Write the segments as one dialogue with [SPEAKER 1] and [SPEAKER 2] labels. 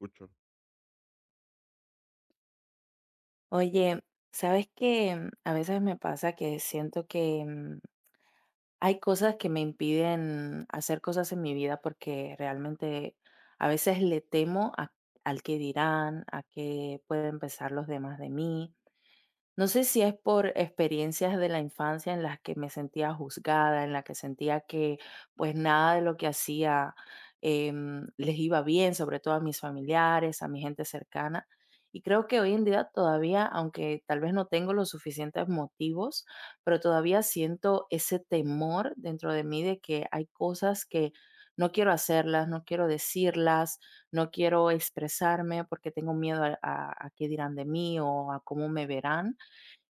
[SPEAKER 1] Escucho.
[SPEAKER 2] Oye, ¿sabes que a veces me pasa que siento que hay cosas que me impiden hacer cosas en mi vida porque realmente a veces le temo al que dirán, a qué pueden pensar los demás de mí. No sé si es por experiencias de la infancia en las que me sentía juzgada, en la que sentía que pues nada de lo que hacía les iba bien, sobre todo a mis familiares, a mi gente cercana. Y creo que hoy en día todavía, aunque tal vez no tengo los suficientes motivos, pero todavía siento ese temor dentro de mí de que hay cosas que no quiero hacerlas, no quiero decirlas, no quiero expresarme porque tengo miedo a qué dirán de mí o a cómo me verán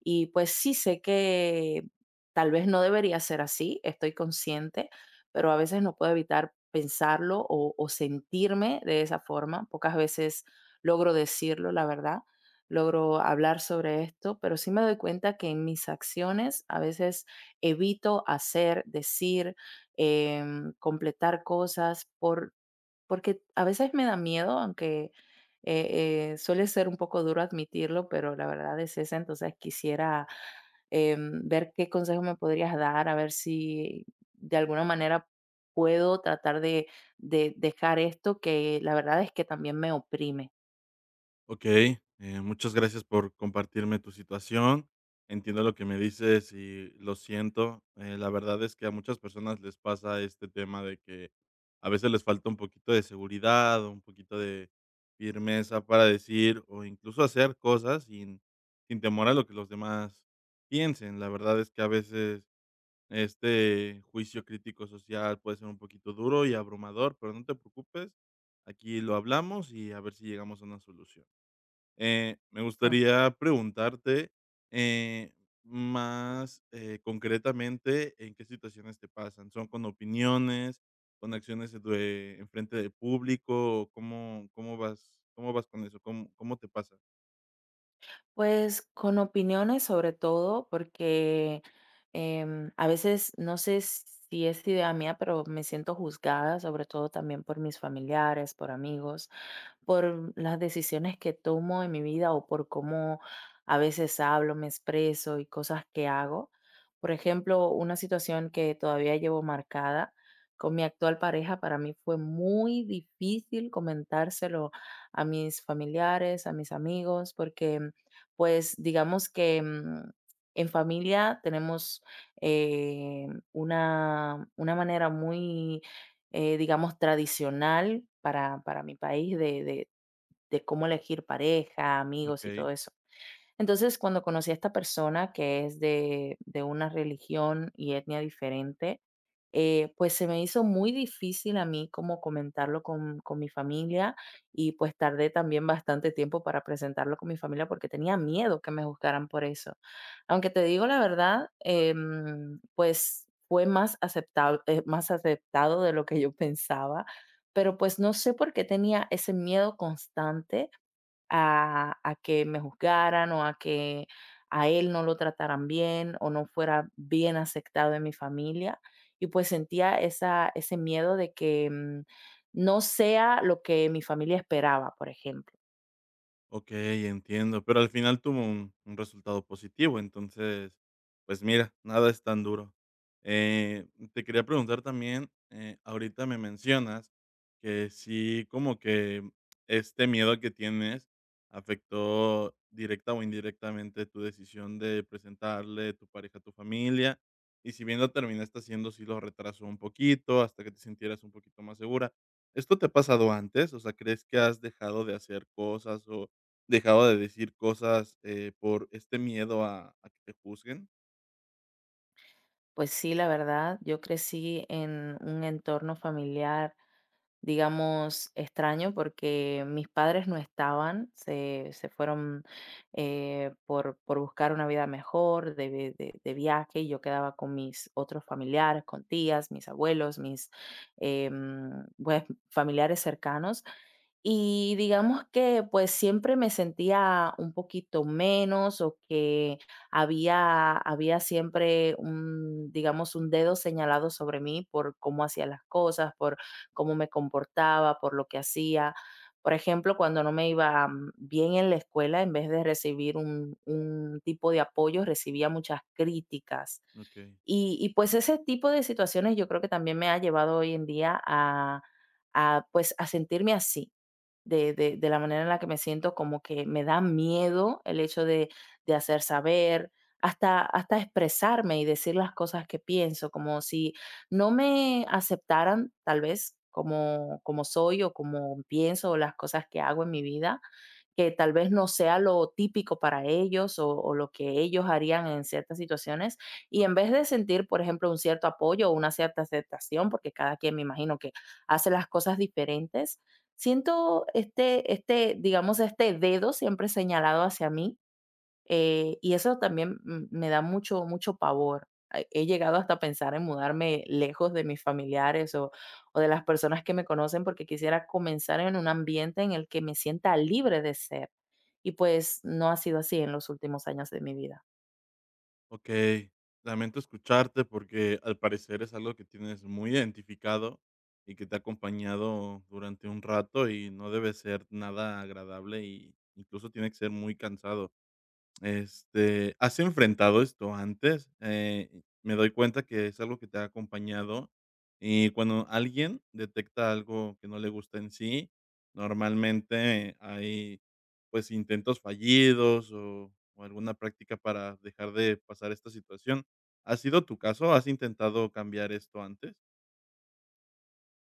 [SPEAKER 2] y pues sí sé que tal vez no debería ser así, estoy consciente, pero a veces no puedo evitar pensarlo o sentirme de esa forma. Pocas veces logro decirlo, la verdad, logro hablar sobre esto, pero sí me doy cuenta que en mis acciones a veces evito hacer, decir, completar cosas porque a veces me da miedo, aunque, suele ser un poco duro admitirlo, pero la verdad es esa, entonces quisiera, ver qué consejo me podrías dar, a ver si de alguna manera puedo tratar de dejar esto que la verdad es que también me oprime.
[SPEAKER 1] Ok, muchas gracias por compartirme tu situación. Entiendo lo que me dices y lo siento. La verdad es que a muchas personas les pasa este tema de que a veces les falta un poquito de seguridad, un poquito de firmeza para decir o incluso hacer cosas sin temor a lo que los demás piensen. La verdad es que a veces este juicio crítico social puede ser un poquito duro y abrumador, pero no te preocupes, aquí lo hablamos y a ver si llegamos a una solución. Me
[SPEAKER 2] Okey.
[SPEAKER 1] gustaría preguntarte, eh, más, concretamente, ¿en qué situaciones te pasan? ¿Son con opiniones, con acciones de en frente de público? ¿Cómo cómo vas con eso? ¿Cómo te pasa?
[SPEAKER 2] Pues con opiniones sobre todo, porque, a veces no sé si es idea mía, pero me siento juzgada, sobre todo también por mis familiares, por amigos, por las decisiones que tomo en mi vida o por cómo a veces hablo, me expreso y cosas que hago. Por ejemplo, una situación que todavía llevo marcada con mi actual pareja, para mí fue muy difícil comentárselo a mis familiares, a mis amigos, porque pues digamos que en familia tenemos una manera muy digamos, tradicional para mi país de cómo elegir pareja, amigos y
[SPEAKER 1] Okey.
[SPEAKER 2] todo eso. Entonces, cuando conocí a esta persona que es de una religión y etnia diferente, pues se me hizo muy difícil a mí como comentarlo con mi familia y pues tardé también bastante tiempo para presentarlo con mi familia porque tenía miedo que me juzgaran por eso. Aunque te digo la verdad, pues fue más aceptado de lo que yo pensaba, pero pues no sé por qué tenía ese miedo constante a que me juzgaran o a que a él no lo trataran bien o no fuera bien aceptado en mi familia. Y pues sentía esa ese miedo de que, no sea lo que mi familia esperaba, por ejemplo.
[SPEAKER 1] Okey, entiendo, pero al final tuvo un resultado positivo, entonces, pues mira, nada es tan duro. Eh, te quería preguntar también, ahorita me mencionas que sí, como que este miedo que tienes afectó directa o indirectamente tu decisión de presentarle tu pareja a tu familia, y si bien lo terminaste haciendo, sí lo retrasó un poquito hasta que te sintieras un poquito más segura. ¿Esto te ha pasado antes? O sea, ¿crees que has dejado de hacer cosas o dejado de decir cosas, por este miedo a que te juzguen?
[SPEAKER 2] Pues sí, la verdad, yo crecí en un entorno familiar digamos, extraño porque mis padres no estaban, se fueron por buscar una vida mejor, de viaje, y yo quedaba con mis otros familiares, con tías, mis abuelos, mis eh, mm, pues, familiares cercanos. Y digamos que pues siempre me sentía un poquito menos o que había siempre un, digamos, un dedo señalado sobre mí por cómo hacía las cosas, cómo me comportaba, por lo que hacía. Por ejemplo, cuando no me iba bien en la escuela, en vez de recibir un tipo de apoyo, recibía muchas críticas.
[SPEAKER 1] Okey,
[SPEAKER 2] Pues ese tipo de situaciones yo creo que también me ha llevado hoy en día pues a sentirme así, de la manera en la que me siento, como que me da miedo el hecho de hacer saber, hasta expresarme y decir las cosas que pienso, como si no me aceptaran tal vez como soy o como pienso o las cosas que hago en mi vida, que tal vez no sea lo típico para ellos o lo que ellos harían en ciertas situaciones. Y en vez de sentir, por ejemplo, un cierto apoyo o una cierta aceptación, porque cada quien me imagino que hace las cosas diferentes, siento digamos, este dedo siempre señalado hacia mí y eso también m me da mucho mucho pavor. He llegado hasta a pensar en mudarme lejos de mis familiares o de las personas que me conocen, porque quisiera comenzar en un ambiente en el que me sienta libre de ser. Y, pues, no ha sido así en los últimos años de mi vida.
[SPEAKER 1] okey. Lamento escucharte porque al parecer es algo que tienes muy identificado y que te ha acompañado durante un rato y no debe ser nada agradable y incluso tiene que ser muy cansado. Este, ¿has enfrentado esto antes? Me doy cuenta que es algo que te ha acompañado y cuando alguien detecta algo que no le gusta en sí, normalmente hay, pues, intentos fallidos o alguna práctica para dejar de pasar esta situación. ¿Ha sido tu caso? ¿Has intentado cambiar esto antes?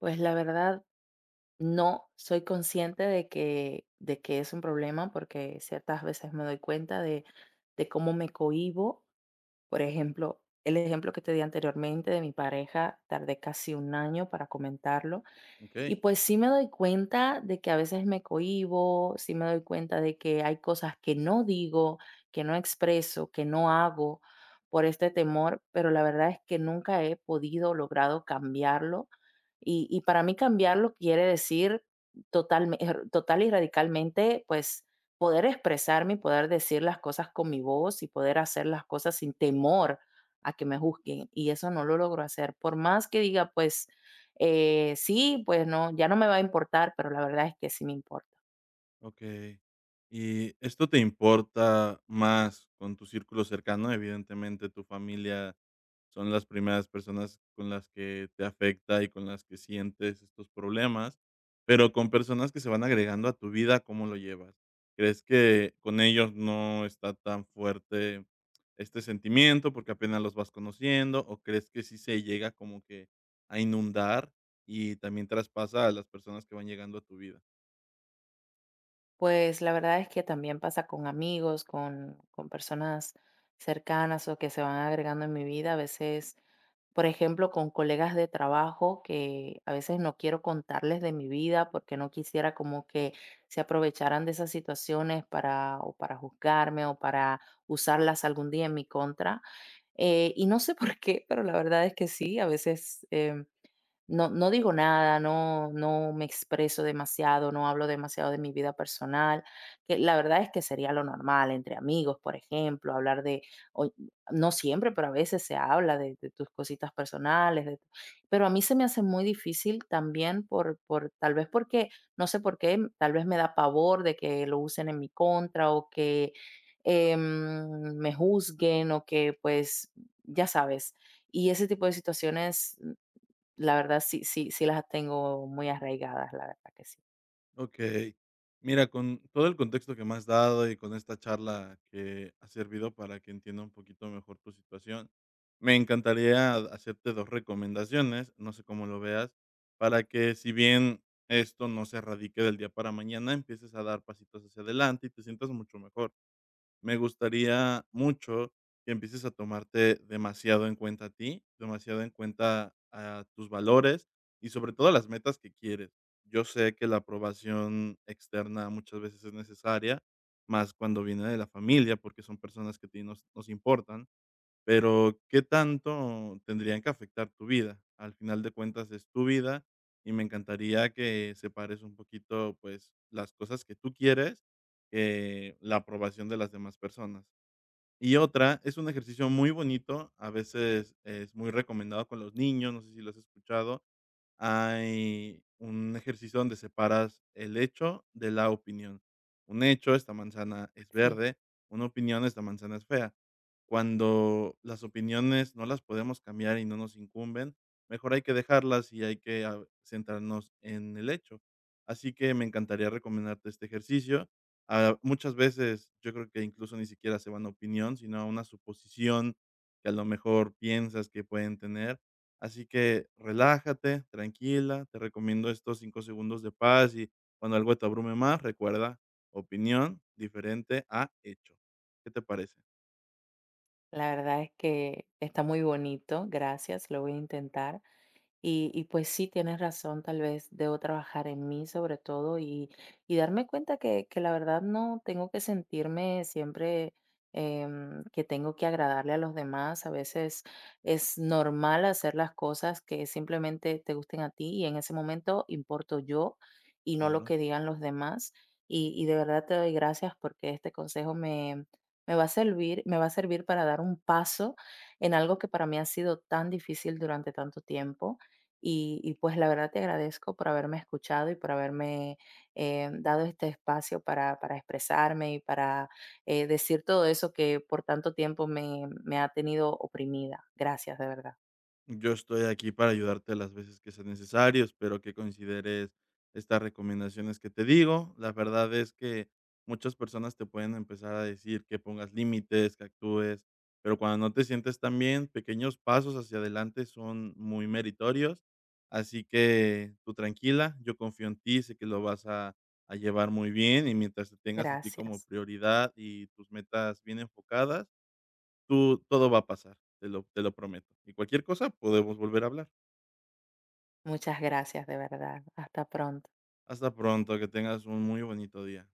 [SPEAKER 2] Pues, la verdad, no soy consciente de que es un problema, porque ciertas veces me doy cuenta de cómo me cohíbo. Por ejemplo, el ejemplo que te di anteriormente de mi pareja, tardé casi un año para comentarlo
[SPEAKER 1] Okey,
[SPEAKER 2] y pues sí me doy cuenta de que a veces me cohíbo, sí me doy cuenta de que hay cosas que no digo, que no expreso, que no hago por este temor, pero la verdad es que nunca he podido o logrado cambiarlo. Y para mí cambiarlo quiere decir total, total y radicalmente, pues poder expresarme y poder decir las cosas con mi voz y poder hacer las cosas sin temor a que me juzguen. Y eso no lo logro hacer. Por más que diga, pues sí, pues no, ya no me va a importar, pero la verdad es que sí me importa.
[SPEAKER 1] okey. ¿Y esto te importa más con tu círculo cercano? Evidentemente, tu familia son las primeras personas con las que te afecta y con las que sientes estos problemas, pero con personas que se van agregando a tu vida, ¿cómo lo llevas? ¿Crees que con ellos no está tan fuerte este sentimiento porque apenas los vas conociendo? ¿O crees que sí se llega como que a inundar y también traspasa a las personas que van llegando a tu vida?
[SPEAKER 2] Pues la verdad es que también pasa con amigos, con personas cercanas o que se van agregando en mi vida. A veces, por ejemplo, con colegas de trabajo que a veces no quiero contarles de mi vida porque no quisiera como que se aprovecharan de esas situaciones para o para juzgarme o para usarlas algún día en mi contra. Y no sé por qué, pero la verdad es que sí, a veces no digo nada, no me expreso demasiado, no hablo demasiado de mi vida personal, que la verdad es que sería lo normal entre amigos, por ejemplo, hablar de o no siempre, pero a veces se habla de tus cositas personales, de tu- pero a mí se me hace muy difícil también por tal vez porque, no sé por qué, tal vez me da pavor de que lo usen en mi contra o que, em, me juzguen o que, pues, ya sabes. Y ese tipo de situaciones la verdad sí, sí, sí las tengo muy arraigadas, la verdad que sí.
[SPEAKER 1] Okey. Mira, con todo el contexto que me has dado y con esta charla que ha servido para que entienda un poquito mejor tu situación, me encantaría hacerte 2 recomendaciones, no sé cómo lo veas, para que si bien esto no se erradique del día para mañana, empieces a dar pasitos hacia adelante y te sientas mucho mejor. Me gustaría mucho que empieces a tomarte demasiado en cuenta a ti, demasiado en cuenta a tus valores y sobre todo a las metas que quieres. Yo sé que la aprobación externa muchas veces es necesaria, más cuando viene de la familia, porque son personas que a ti nos importan, pero ¿qué tanto tendrían que afectar tu vida? Al final de cuentas, es tu vida, y me encantaría que separes un poquito, pues, las cosas que tú quieres, la aprobación de las demás personas. Y otra, es un ejercicio muy bonito, a veces es muy recomendado con los niños, no sé si lo has escuchado, hay un ejercicio donde separas el hecho de la opinión. Un hecho, esta manzana es
[SPEAKER 2] Sí.
[SPEAKER 1] verde; una opinión, esta manzana es fea. Cuando las opiniones no las podemos cambiar y no nos incumben, mejor hay que dejarlas y hay que centrarnos en el hecho. Así que me encantaría recomendarte este ejercicio. Ah, muchas veces yo creo que incluso ni siquiera se va a una opinión, sino a una suposición que a lo mejor piensas que pueden tener. Así que relájate, tranquila, te recomiendo estos 5 segundos de paz y cuando algo te abrume más, recuerda: opinión diferente a hecho. ¿Qué te parece?
[SPEAKER 2] La verdad es que está muy bonito, gracias, lo voy a intentar. Y pues sí, tienes razón, tal vez debo trabajar en mí sobre todo y darme cuenta que la verdad no tengo que sentirme siempre que tengo que agradarle a los demás. A veces es normal hacer las cosas que simplemente te gusten a ti y en ese momento importo yo y no lo
[SPEAKER 1] Claro.
[SPEAKER 2] que digan los demás. Y de verdad te doy gracias porque este consejo me va a servir, me va a servir para dar un paso en algo que para mí ha sido tan difícil durante tanto tiempo y pues la verdad te agradezco por haberme escuchado y por haberme dado este espacio para expresarme y para decir todo eso que por tanto tiempo me ha tenido oprimida. Gracias, de verdad.
[SPEAKER 1] Yo estoy aquí para ayudarte las veces que sea necesario, espero que consideres estas recomendaciones que te digo. La verdad es que muchas personas te pueden empezar a decir que pongas límites, que actúes, pero cuando no te sientes tan bien, pequeños pasos hacia adelante son muy meritorios. Así que tú tranquila, yo confío en ti, sé que lo a llevar muy bien y mientras te tengas a ti como
[SPEAKER 2] Gracias.
[SPEAKER 1] prioridad y tus metas bien enfocadas, tú todo va a pasar, te lo prometo. Y cualquier cosa podemos volver a hablar.
[SPEAKER 2] Muchas gracias, de verdad. Hasta pronto.
[SPEAKER 1] Hasta pronto, que tengas un muy bonito día.